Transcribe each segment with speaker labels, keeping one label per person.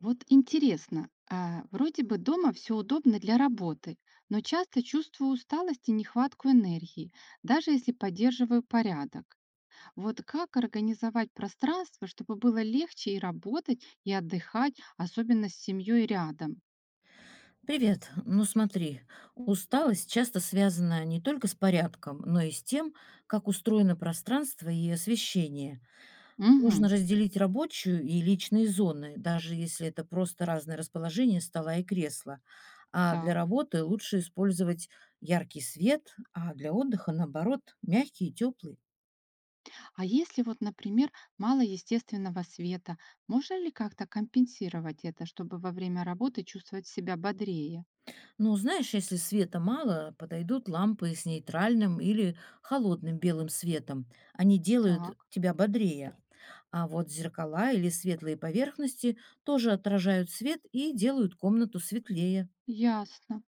Speaker 1: Вот интересно, а, вроде бы дома все удобно для работы, но часто чувствую усталость и нехватку энергии, даже если поддерживаю порядок. Вот как организовать пространство, чтобы было легче и работать, и отдыхать, особенно с семьей рядом?
Speaker 2: Привет. Ну смотри, усталость часто связана не только с порядком, но и с тем, как устроено пространство и освещение. Нужно
Speaker 1: Угу,
Speaker 2: разделить рабочую и личные зоны, даже если это просто разное расположение стола и кресла. А для
Speaker 1: так.
Speaker 2: работы лучше использовать яркий свет, а для отдыха, наоборот, мягкий и теплый.
Speaker 1: А если вот, например, мало естественного света, можно ли как-то компенсировать это, чтобы во время работы чувствовать себя бодрее?
Speaker 2: Ну, знаешь, если света мало, подойдут лампы с нейтральным или холодным белым светом. Они делают
Speaker 1: Так,
Speaker 2: тебя бодрее. А вот зеркала или светлые поверхности тоже отражают свет и делают комнату светлее.
Speaker 1: ясно.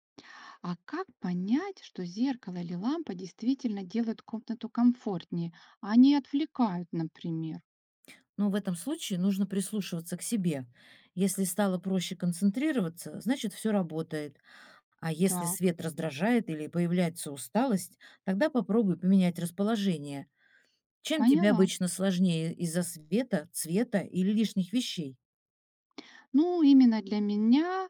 Speaker 1: А как понять, что зеркало или лампа действительно делают комнату комфортнее, а не отвлекают, например?
Speaker 2: Но в этом случае нужно прислушиваться к себе. Если стало проще концентрироваться, значит все работает. А если
Speaker 1: Так,
Speaker 2: свет раздражает или появляется усталость, тогда попробуй поменять расположение. Чем тебе
Speaker 1: поняла.
Speaker 2: обычно сложнее, из-за света, цвета или лишних вещей?
Speaker 1: Ну, именно для меня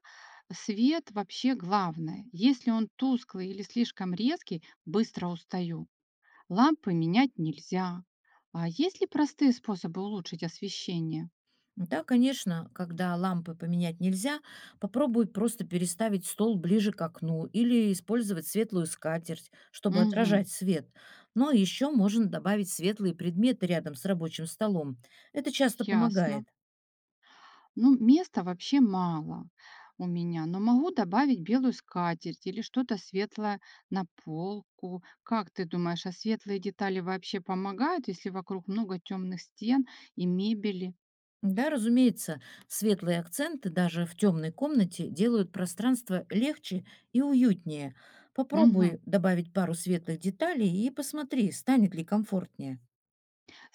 Speaker 1: свет вообще главное. Если он тусклый или слишком резкий, быстро устаю. Лампы менять нельзя. А есть ли простые способы улучшить освещение?
Speaker 2: Да, конечно, когда лампы поменять нельзя, попробуй просто переставить стол ближе к окну или использовать светлую скатерть, чтобы
Speaker 1: Угу,
Speaker 2: отражать свет. Но еще можно добавить светлые предметы рядом с рабочим столом. Это часто
Speaker 1: ясно.
Speaker 2: помогает.
Speaker 1: Ну, места вообще мало у меня, но могу добавить белую скатерть или что-то светлое на полку. Как ты думаешь, а светлые детали вообще помогают, если вокруг много темных стен и мебели?
Speaker 2: Да, разумеется, светлые акценты даже в темной комнате делают пространство легче и уютнее. Попробуй
Speaker 1: Мгм.
Speaker 2: добавить пару светлых деталей и посмотри, станет ли комфортнее.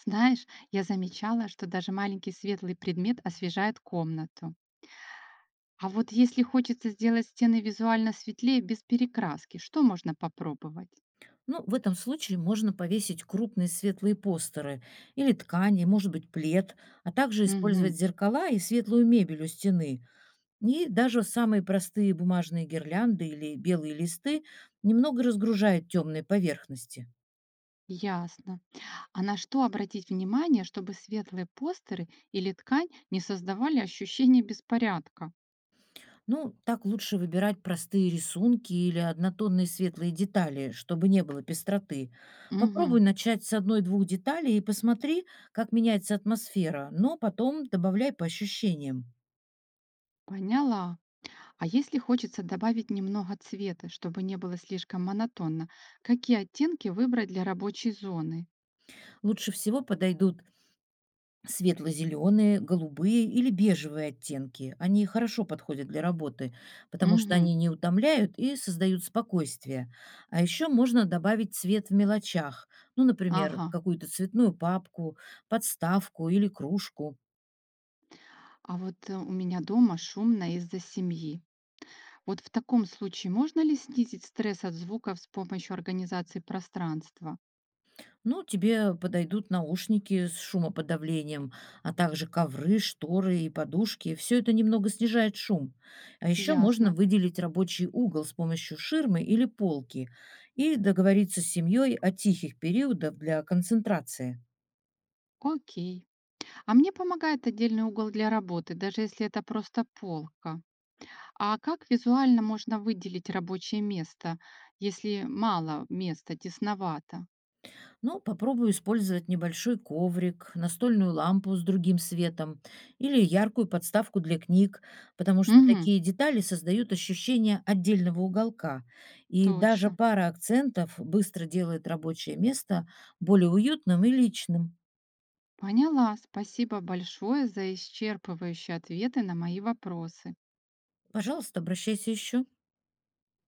Speaker 1: Знаешь, я замечала, что даже маленький светлый предмет освежает комнату. А вот если хочется сделать стены визуально светлее без перекраски, что можно попробовать?
Speaker 2: Ну, в этом случае можно повесить крупные светлые постеры или ткани, может быть, плед, а также использовать
Speaker 1: Угу,
Speaker 2: зеркала и светлую мебель у стены. И даже самые простые бумажные гирлянды или белые листы немного разгружают темные поверхности.
Speaker 1: ясно. А на что обратить внимание, чтобы светлые постеры или ткань не создавали ощущение беспорядка?
Speaker 2: Ну, так лучше выбирать простые рисунки или однотонные светлые детали, чтобы не было пестроты. Попробуй
Speaker 1: Мгм,
Speaker 2: начать с одной-двух деталей и посмотри, как меняется атмосфера, но потом добавляй по ощущениям.
Speaker 1: поняла. А если хочется добавить немного цвета, чтобы не было слишком монотонно, какие оттенки выбрать для рабочей зоны?
Speaker 2: Лучше всего подойдут светло-зеленые, голубые или бежевые оттенки. Они хорошо подходят для работы, потому что
Speaker 1: Мгм,
Speaker 2: они не утомляют и создают спокойствие. А еще можно добавить цвет в мелочах. Ну, например,
Speaker 1: ага.
Speaker 2: какую-то цветную папку, подставку или кружку.
Speaker 1: А вот у меня дома шумно из-за семьи. Вот в таком случае можно ли снизить стресс от звуков с помощью организации пространства?
Speaker 2: Ну, тебе подойдут наушники с шумоподавлением, а также ковры, шторы и подушки. Все это немного снижает шум. А еще можно
Speaker 1: Ясно.
Speaker 2: выделить рабочий угол с помощью ширмы или полки и договориться с семьей о тихих периодах для концентрации.
Speaker 1: Окей. А мне помогает отдельный угол для работы, даже если это просто полка. А как визуально можно выделить рабочее место, если мало места, тесновато?
Speaker 2: Ну, попробую использовать небольшой коврик, настольную лампу с другим светом или яркую подставку для книг, потому что
Speaker 1: Угу,
Speaker 2: такие детали создают ощущение отдельного уголка. И даже
Speaker 1: точно.
Speaker 2: пара акцентов быстро делает рабочее место более уютным и личным.
Speaker 1: Поняла. Спасибо большое за исчерпывающие ответы на мои вопросы.
Speaker 2: Пожалуйста, обращайся еще.